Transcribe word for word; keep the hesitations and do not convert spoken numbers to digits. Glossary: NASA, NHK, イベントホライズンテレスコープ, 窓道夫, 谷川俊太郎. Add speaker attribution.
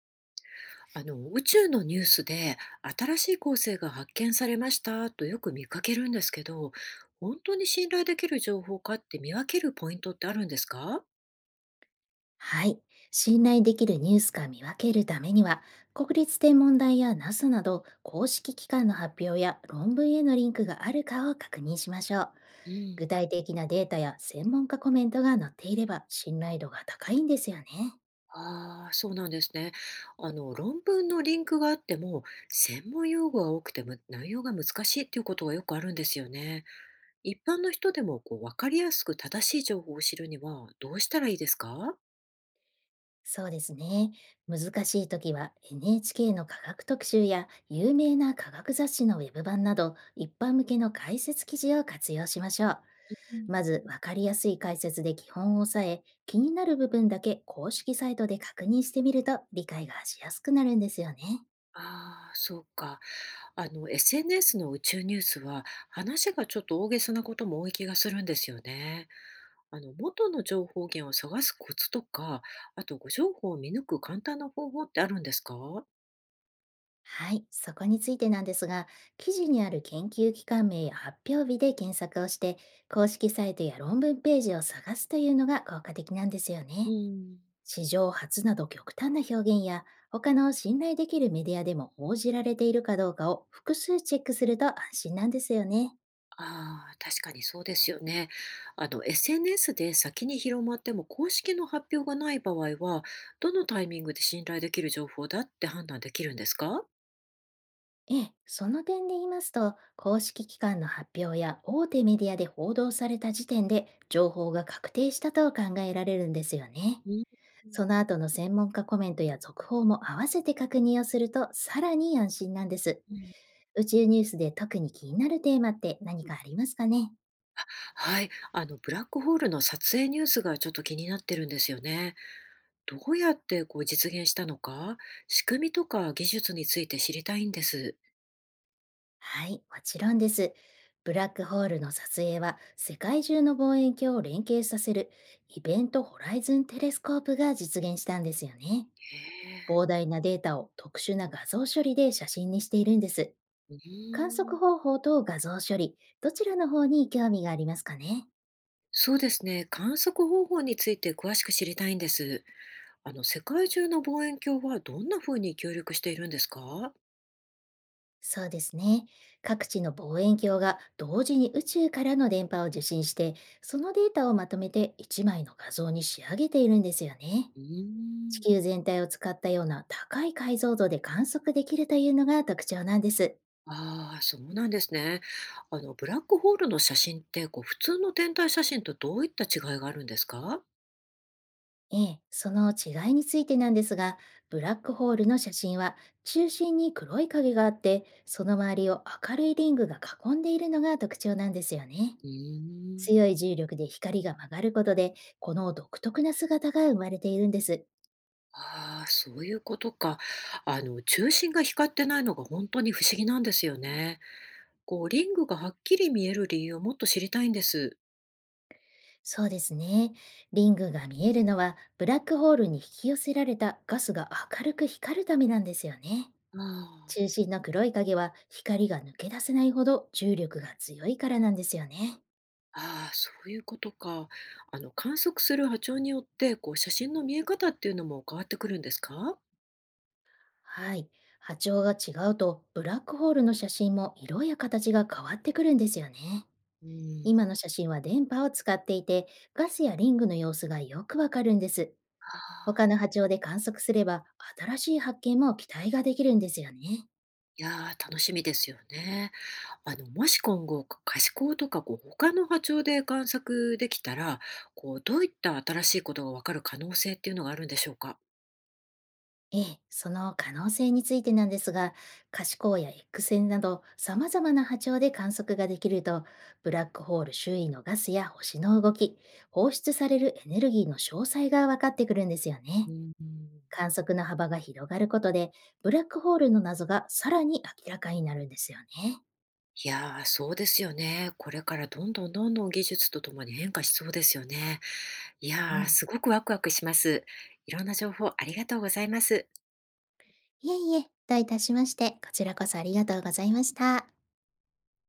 Speaker 1: あの宇宙のニュースで新しい恒星が発見されましたとよく見かけるんですけど、本当に信頼できる情報かって見分けるポイントってあるんですか？
Speaker 2: はい。信頼できるニュースか見分けるためには、国立天文台や ナサ など公式機関の発表や論文へのリンクがあるかを確認しましょう。
Speaker 1: うん。
Speaker 2: 具体的なデータや専門家コメントが載っていれば信頼度が高いんですよね。
Speaker 1: ああ、そうなんですね。あの論文のリンクがあっても専門用語が多くても内容が難しいっていうことがよくあるんですよね。一般の人でもこう分かりやすく正しい情報を知るにはどうしたらいいですか？
Speaker 2: そうですね。難しい時は エヌエイチケー の科学特集や有名な科学雑誌のウェブ版など一般向けの解説記事を活用しましょう。
Speaker 1: うん。
Speaker 2: まず、わかりやすい解説で基本を押さえ、気になる部分だけ公式サイトで確認してみると理解がしやすくなるんですよね。
Speaker 1: ああ、そうか。あの、エスエヌエス の宇宙ニュースは、話がちょっと大げさなことも多い気がするんですよね。あの、元の情報源を探すコツとか、あと、誤情報を見抜く簡単な方法ってあるんですか？
Speaker 2: はい、そこについてなんですが、記事にある研究機関名や発表日で検索をして、公式サイトや論文ページを探すというのが効果的なんですよ
Speaker 1: う
Speaker 2: ね。
Speaker 1: ん、
Speaker 2: 史上初など極端な表現や、他の信頼できるメディアでも報じられているかどうかを複数チェックすると安心なんですよね。
Speaker 1: ああ、確かにそうですよね。あの、エスエヌエス で先に広まっても公式の発表がない場合は、どのタイミングで信頼できる情報だって判断できるんですか？
Speaker 2: ええ、その点で言いますと、公式機関の発表や大手メディアで報道された時点で情報が確定したと考えられるんですよね。
Speaker 1: うん。
Speaker 2: その後の専門家コメントや続報も合わせて確認をするとさらに安心なんです。
Speaker 1: うん。
Speaker 2: 宇宙ニュースで特に気になるテーマって何かありますかね？
Speaker 1: はい、あのブラックホールの撮影ニュースがちょっと気になってるんですよね。どうやってこう実現したのか、仕組みとか技術について知りたいんです。
Speaker 2: はい、もちろんです。ブラックホールの撮影は世界中の望遠鏡を連携させるイベントホライズンテレスコープが実現したんですよね。
Speaker 1: へえ。
Speaker 2: 膨大なデータを特殊な画像処理で写真にしているんです。
Speaker 1: う
Speaker 2: 観
Speaker 1: ー
Speaker 2: 測
Speaker 1: ん。
Speaker 2: 方法と画像処理、どちらの方に興味がありますかね？
Speaker 1: そうですね。観測方法について詳しく知りたいんです。あの世界中の望遠鏡はどんな風に協力しているんですか？
Speaker 2: そうですね。各地の望遠鏡が同時に宇宙からの電波を受信して、そのデータをまとめていちまいの画像に仕上げているんですよね。
Speaker 1: うー
Speaker 2: 地
Speaker 1: ん。
Speaker 2: 球全体を使ったような高い解像度で観測できるというのが特徴なんです。
Speaker 1: ああ、そうなんですね。あのブラックホールの写真ってこう普通の天体写真とどういった違いがあるんですか？
Speaker 2: ええ、その違いについてなんですが、ブラックホールの写真は中心に黒い影があって、その周りを明るいリングが囲んでいるのが特徴なんですよね。
Speaker 1: うーん。
Speaker 2: 強い重力で光が曲がることで、この独特な姿が生まれているんです。
Speaker 1: ああ、そういうことか。あの、中心が光ってないのが本当に不思議なんですよね。こう、リングがはっきり見える理由をもっと知りたいんです。
Speaker 2: そうですね。リングが見えるのは、ブラックホールに引き寄せられたガスが明るく光るためなんですよね。
Speaker 1: あ
Speaker 2: 中心の黒い影は光が抜け出せないほど重力が強いからなんですよね。
Speaker 1: あ、ああ、そういうことか。あの、観測する波長によって、こう、写真の見え方っていうのも変わってくるんですか？
Speaker 2: はい。波長が違うと、ブラックホールの写真も色や形が変わってくるんですよね。
Speaker 1: うん、
Speaker 2: 今の写真は電波を使っていて、ガスやリングの様子がよくわかるんです。
Speaker 1: あ
Speaker 2: 他の
Speaker 1: あ、
Speaker 2: 波長で観測すれば、新しい発見も期待ができるんですよね。
Speaker 1: いやー、楽しみですよね。あの、もし今後、可視光とか、こう、他の波長で観測できたら、こう、どういった新しいことがわかる可能性っていうのがあるんでしょうか？
Speaker 2: ええ、その可能性についてなんですが、可視光や エックスせんなど様々な波長で観測ができると、ブラックホール周囲のガスや星の動き、放出されるエネルギーの詳細が分かってくるんですよ
Speaker 1: う
Speaker 2: ね。
Speaker 1: ん。
Speaker 2: 観測の幅が広がることで、ブラックホールの謎がさらに明らかになるんですよね。
Speaker 1: いやー、そうですよね。これからどんどんどんどん技術とともに変化しそうですよね。い
Speaker 2: う
Speaker 1: やー、
Speaker 2: ん。
Speaker 1: すごくワクワクします。いろんな情報ありがとうございます。
Speaker 2: いえいえ、どういたしまして、こちらこそありがとうございました。